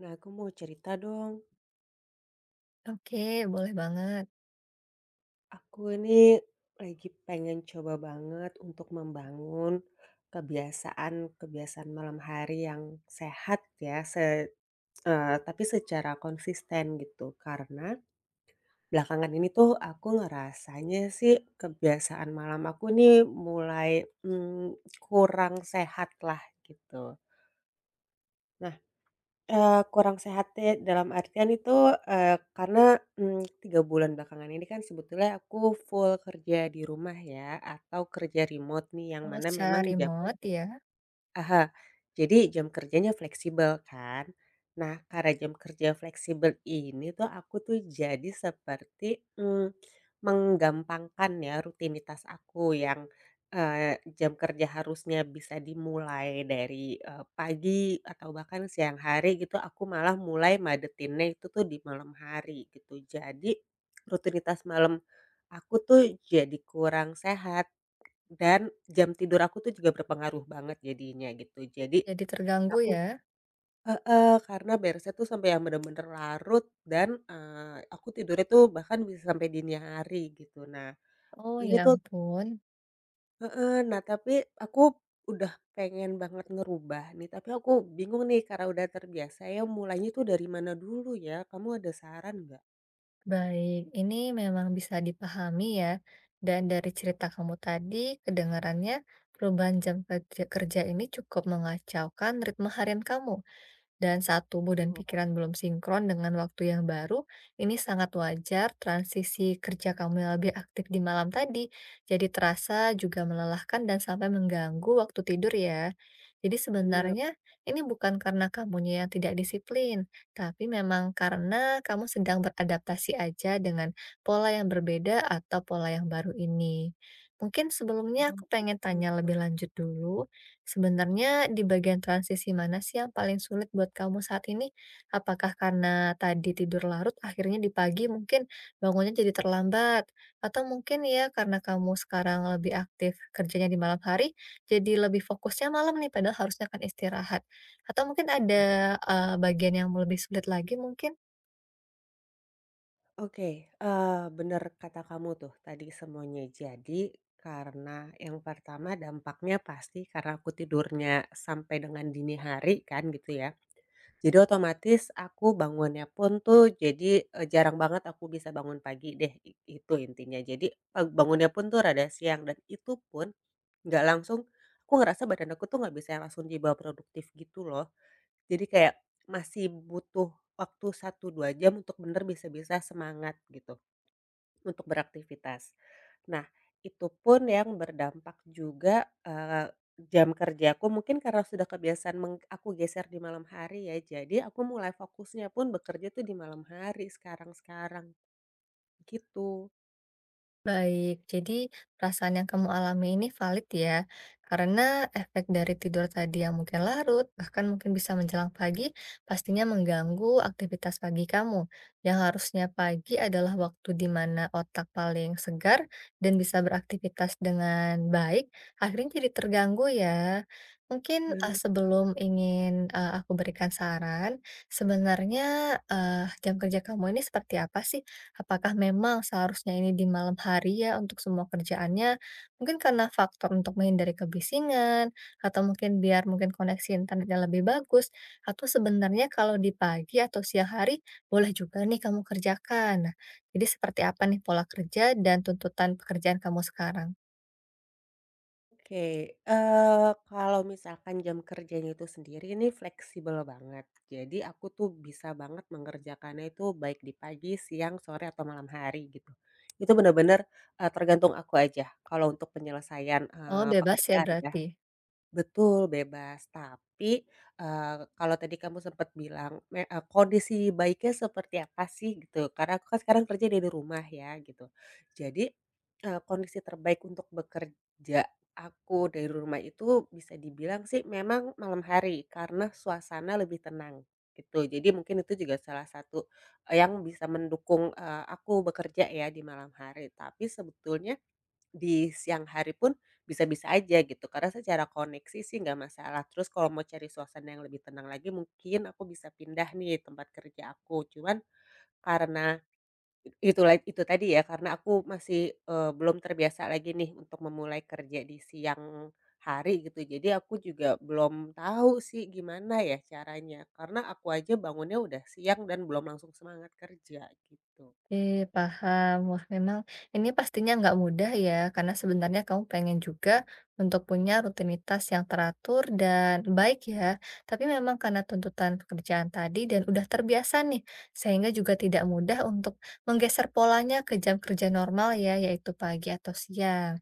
Nah, aku mau cerita dong. Oke, boleh banget. Aku ini lagi pengen coba banget untuk membangun kebiasaan-kebiasaan malam hari yang sehat ya, tapi secara konsisten gitu. Karena belakangan ini tuh aku ngerasanya sih kebiasaan malam aku nih mulai, mmm, kurang sehat lah gitu. Kurang sehat ya dalam artian itu, karena, 3 bulan belakangan ini kan sebetulnya aku full kerja di rumah ya, atau kerja remote nih yang Kalau mana secara memang jamnya. remote ya, Aha, jadi jam kerjanya fleksibel kan? Nah, karena jam kerja fleksibel ini tuh aku tuh jadi seperti menggampangkan ya rutinitas aku yang jam kerja harusnya bisa dimulai dari pagi atau bahkan siang hari gitu. Aku malah mulai madetinnya itu tuh di malam hari gitu. Jadi rutinitas malam aku tuh jadi kurang sehat dan jam tidur aku tuh juga berpengaruh banget jadinya gitu. Jadi jadi terganggu aku ya. heeh, karena beresnya tuh sampai yang bener-bener larut dan, aku tidurnya tuh bahkan bisa sampai dini hari gitu. Nah, Oh ini ya tuh ampun, heeh, nah tapi aku udah pengen banget ngerubah nih, tapi aku bingung nih karena udah terbiasa ya, mulainya tuh dari mana dulu ya? Kamu ada saran nggak? baik. Ini memang bisa dipahami ya. Dan dari cerita kamu tadi, kedengarannya perubahan jam kerja, kerja ini cukup mengacaukan ritme harian kamu. Dan saat tubuh dan Tuh, pikiran belum sinkron dengan waktu yang baru, ini sangat wajar transisi kerja kamu yang lebih aktif di malam tadi. Jadi terasa juga melelahkan dan sampai mengganggu waktu tidur ya. Jadi bener. sebenarnya ini bukan karena kamunya yang tidak disiplin, tapi memang karena kamu sedang beradaptasi aja dengan pola yang berbeda atau pola yang baru ini. Mungkin Oh, sebelumnya aku pengen gitu. tanya lebih lanjut dulu. Sebenarnya di bagian transisi mana sih yang paling sulit buat kamu saat ini? Apakah karena tadi tidur larut akhirnya di pagi mungkin bangunnya jadi terlambat? Atau mungkin ya karena kamu sekarang lebih aktif kerjanya di malam hari, jadi lebih fokusnya malam nih padahal harusnya kan istirahat? Atau mungkin ada, bagian yang lebih sulit lagi mungkin? Oke, bener kata kamu tuh tadi semuanya. Jadi karena yang pertama dampaknya pasti karena aku tidurnya sampai dengan dini hari kan gitu ya. Jadi otomatis aku bangunnya pun tuh jadi, jarang banget aku bisa bangun pagi deh, itu intinya. Jadi, bangunnya pun tuh rada siang dan itu pun nggak langsung, aku ngerasa badan aku tuh nggak bisa yang langsung dibawa produktif gitu loh. Jadi kayak masih butuh waktu satu 2 jam untuk bener bisa-bisa semangat gitu. Untuk beraktivitas. Nah, itu pun yang berdampak juga, jam kerjaku mungkin karena sudah kebiasaan aku geser di malam hari ya, jadi aku mulai fokusnya pun bekerja tuh di malam hari sekarang-sekarang, gitu. Baik, jadi perasaan yang kamu alami ini valid ya, karena efek dari tidur tadi yang mungkin larut, bahkan mungkin bisa menjelang pagi, pastinya mengganggu aktivitas pagi kamu. Yang harusnya pagi adalah waktu di mana otak paling segar dan bisa beraktivitas dengan baik, akhirnya jadi terganggu ya. Mungkin Bener. sebelum ingin aku berikan saran, sebenarnya eh, jam kerja kamu ini seperti apa sih? Apakah memang seharusnya ini di malam hari ya untuk semua kerjaannya? Mungkin karena faktor untuk menghindari kebisingan, atau mungkin biar mungkin koneksi internetnya lebih bagus, atau sebenarnya kalau di pagi atau siang hari boleh juga nih kamu kerjakan. Nah, jadi seperti apa nih pola kerja dan tuntutan pekerjaan kamu sekarang? Oke, kalau misalkan jam kerjanya itu sendiri ini fleksibel banget. Jadi aku tuh bisa banget mengerjakannya itu baik di pagi, siang, sore, atau malam hari gitu. Itu benar-benar tergantung aku aja kalau untuk penyelesaian, Oh, bebas ya pekerjaan ya. berarti. Betul, bebas. Tapi, kalau tadi kamu sempat bilang kondisi baiknya seperti apa sih gitu, karena aku kan sekarang kerja dari rumah ya gitu. Jadi, kondisi terbaik untuk bekerja aku dari rumah itu bisa dibilang sih memang malam hari, karena suasana lebih tenang gitu. Jadi mungkin itu juga salah satu, yang bisa mendukung, aku bekerja ya di malam hari. Tapi sebetulnya di siang hari pun bisa-bisa aja gitu, karena secara koneksi sih nggak masalah. Terus kalau mau cari suasana yang lebih tenang lagi mungkin aku bisa pindah nih tempat kerja aku. Cuman karena itu tadi ya, karena aku masih, belum terbiasa lagi nih untuk memulai kerja di siang hari gitu. Jadi aku juga belum tahu sih gimana ya caranya, karena aku aja bangunnya udah siang dan belum langsung semangat kerja gitu. Oke, paham. Wah, memang ini pastinya nggak mudah ya, karena sebenarnya kamu pengen juga untuk punya rutinitas yang teratur dan baik ya. Tapi memang karena tuntutan pekerjaan tadi dan udah terbiasa nih, sehingga juga tidak mudah untuk menggeser polanya ke jam kerja normal ya, yaitu pagi atau siang.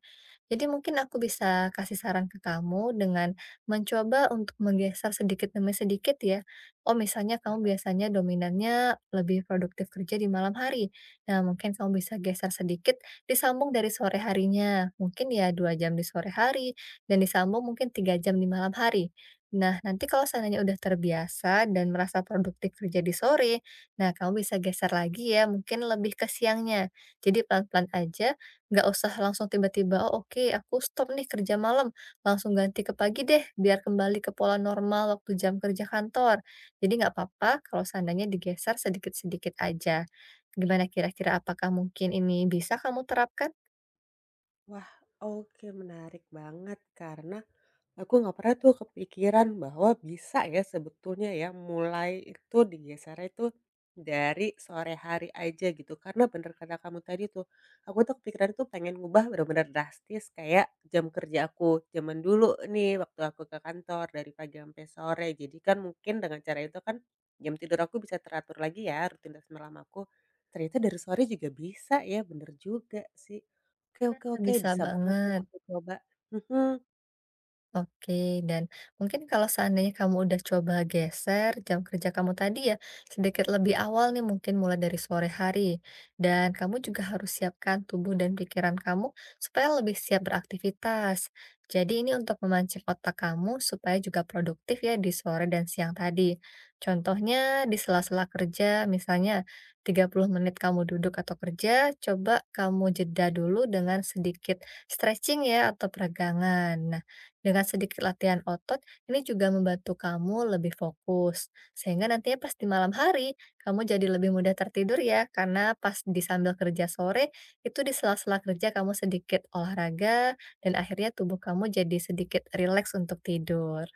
Jadi mungkin aku bisa kasih saran ke kamu dengan mencoba untuk menggeser sedikit demi sedikit ya. Oh misalnya kamu biasanya dominannya lebih produktif kerja di malam hari. Nah mungkin kamu bisa geser sedikit disambung dari sore harinya. Mungkin ya 2 jam di sore hari dan disambung mungkin 3 jam di malam hari. Nah, nanti kalau seandainya udah terbiasa dan merasa produktif kerja di sore, nah kamu bisa geser lagi ya, mungkin lebih ke siangnya. Jadi pelan-pelan aja. Nggak usah langsung tiba-tiba, "Oh, oke, aku stop nih kerja malam, langsung ganti ke pagi deh, biar kembali ke pola normal waktu jam kerja kantor." Jadi nggak apa-apa kalau seandainya digeser sedikit-sedikit aja. Gimana kira-kira apakah mungkin ini bisa kamu terapkan? Wah, oke, menarik banget karena aku nggak pernah tuh kepikiran bahwa bisa ya sebetulnya ya mulai itu digeser itu dari sore hari aja gitu. Karena bener kata kamu tadi tuh, aku tuh kepikiran tuh pengen ngubah bener-bener drastis kayak jam kerja aku. Zaman dulu nih waktu aku ke kantor dari pagi sampai sore. Jadi kan mungkin dengan cara itu kan jam tidur aku bisa teratur lagi ya rutinitas malam aku. Ternyata dari sore juga bisa ya, bener juga sih. Oke, oke, oke, Bisa bisa banget tuh banget. aku coba. Mhm. Oke, dan mungkin kalau seandainya kamu udah coba geser jam kerja kamu tadi ya, sedikit lebih awal nih mungkin mulai dari sore hari. Dan kamu juga harus siapkan tubuh dan pikiran kamu supaya lebih siap beraktivitas. Jadi ini untuk memancing otak kamu supaya juga produktif ya di sore dan siang tadi. Contohnya di sela-sela kerja, misalnya 30 menit kamu duduk atau kerja, coba kamu jeda dulu dengan sedikit stretching ya atau peregangan. Dengan sedikit latihan otot, ini juga membantu kamu lebih fokus. Sehingga nantinya pas di malam hari, kamu jadi lebih mudah tertidur ya, karena pas di sambil kerja sore, itu di sela-sela kerja kamu sedikit olahraga, dan akhirnya tubuh kamu jadi sedikit rileks untuk tidur.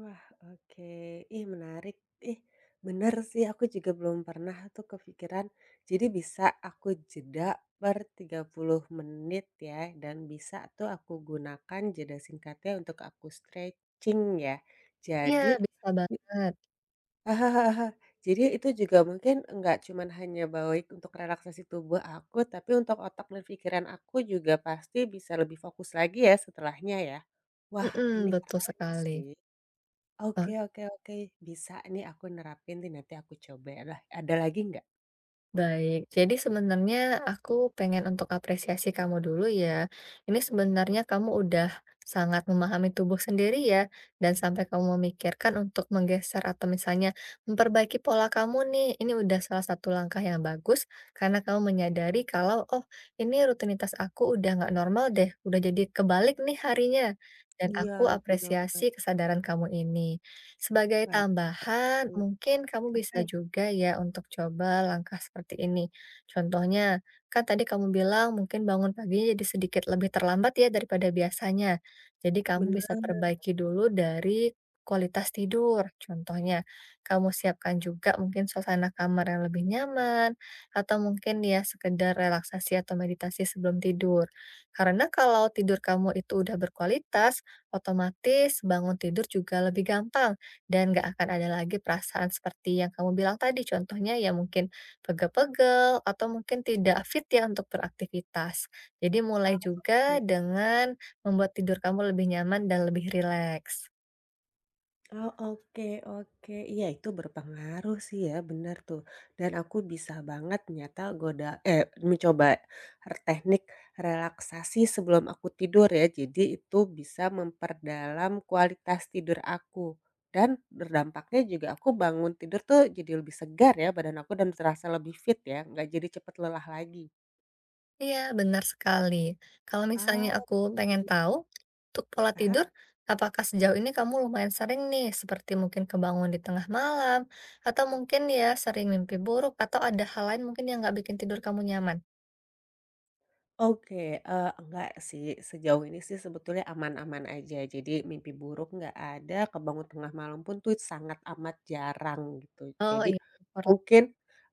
Wah, oke. Ih, menarik. Ih, bener sih, aku juga belum pernah tuh kepikiran. Jadi bisa aku jeda per 30 menit ya, dan bisa tuh aku gunakan jeda singkatnya untuk aku stretching ya. Iya, Jadi bisa banget. jadi itu juga mungkin nggak cuman hanya baik untuk relaksasi tubuh aku, tapi untuk otak dan pikiran aku juga pasti bisa lebih fokus lagi ya setelahnya ya. Wah, Mhm, ini betul keren sekali. sih. Oke, oke, oke, bisa nih aku nerapin nih, nanti aku coba ya. Lah. Ada lagi nggak? Baik, jadi sebenarnya aku pengen untuk apresiasi kamu dulu ya. Ini sebenarnya kamu udah sangat memahami tubuh sendiri ya, dan sampai kamu memikirkan untuk menggeser atau misalnya memperbaiki pola kamu nih, ini udah salah satu langkah yang bagus karena kamu menyadari kalau oh ini rutinitas aku udah nggak normal deh, udah jadi kebalik nih harinya. Dan Iya, aku benar. apresiasi kesadaran kamu ini. Sebagai Wah, tambahan, asik. mungkin kamu bisa Nah, juga ya untuk coba langkah seperti ini. Contohnya, kan tadi kamu bilang mungkin bangun paginya jadi sedikit lebih terlambat ya daripada biasanya. Jadi kamu bisa bener, perbaiki dulu dari kualitas tidur. Contohnya, kamu siapkan juga mungkin suasana kamar yang lebih nyaman atau mungkin ya sekedar relaksasi atau meditasi sebelum tidur. Karena kalau tidur kamu itu udah berkualitas, otomatis bangun tidur juga lebih gampang dan nggak akan ada lagi perasaan seperti yang kamu bilang tadi, contohnya ya mungkin pegel-pegel atau mungkin tidak fit ya untuk beraktivitas. Jadi mulai juga oke. dengan membuat tidur kamu lebih nyaman dan lebih rileks. Oh, oke, oke. Iya, itu berpengaruh sih ya, benar tuh. Dan aku bisa banget ternyata mencoba teknik relaksasi sebelum aku tidur ya. Jadi itu bisa memperdalam kualitas tidur aku, dan berdampaknya juga aku bangun tidur tuh jadi lebih segar ya badan aku dan terasa lebih fit ya, nggak jadi cepet lelah lagi. Iya, benar sekali. Kalau misalnya aku Oh. pengen tahu, untuk pola Paham? tidur, apakah sejauh ini kamu lumayan sering nih, seperti mungkin kebangun di tengah malam, atau mungkin ya sering mimpi buruk, atau ada hal lain mungkin yang nggak bikin tidur kamu nyaman? Oke, enggak sih, sejauh ini sih sebetulnya aman-aman aja. Jadi mimpi buruk nggak ada, kebangun tengah malam pun tuh sangat amat jarang gitu. Oh Jadi iya, syukurlah. mungkin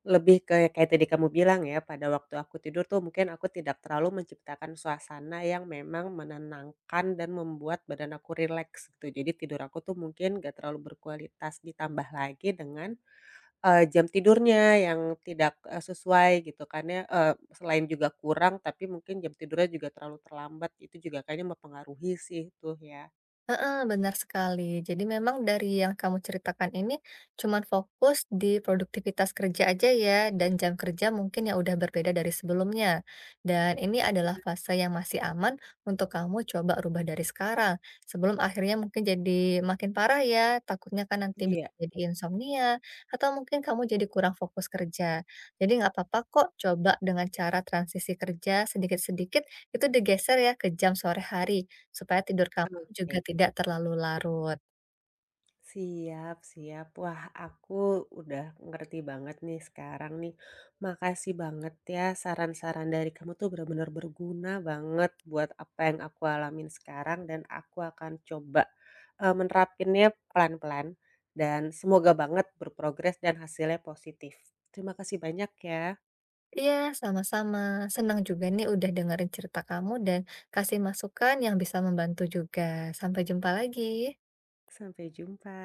lebih ke kayak tadi kamu bilang ya, pada waktu aku tidur tuh mungkin aku tidak terlalu menciptakan suasana yang memang menenangkan dan membuat badan aku rileks gitu. Jadi tidur aku tuh mungkin nggak terlalu berkualitas, ditambah lagi dengan jam tidurnya yang tidak, sesuai gitu kan ya, selain juga kurang tapi mungkin jam tidurnya juga terlalu terlambat, itu juga kayaknya mempengaruhi sih tuh ya. Heeh, benar sekali. Jadi memang dari yang kamu ceritakan ini cuman fokus di produktivitas kerja aja ya dan jam kerja mungkin yang udah berbeda dari sebelumnya. Dan ini adalah fase yang masih aman untuk kamu coba rubah dari sekarang sebelum akhirnya mungkin jadi makin parah ya. Takutnya kan nanti bisa Iya. jadi insomnia atau mungkin kamu jadi kurang fokus kerja. Jadi nggak apa-apa kok coba dengan cara transisi kerja sedikit-sedikit itu digeser ya ke jam sore hari. Supaya tidur kamu juga Oke. tidak terlalu larut. Siap, siap. Wah, aku udah ngerti banget nih sekarang nih. Makasih banget ya saran-saran dari kamu tuh benar-benar berguna banget buat apa yang aku alamin sekarang dan aku akan coba, menerapinnya pelan-pelan dan semoga banget berprogres dan hasilnya positif. Terima kasih banyak ya. Iya, sama-sama. Senang juga nih udah dengerin cerita kamu dan kasih masukan yang bisa membantu juga. Sampai jumpa lagi. Sampai jumpa.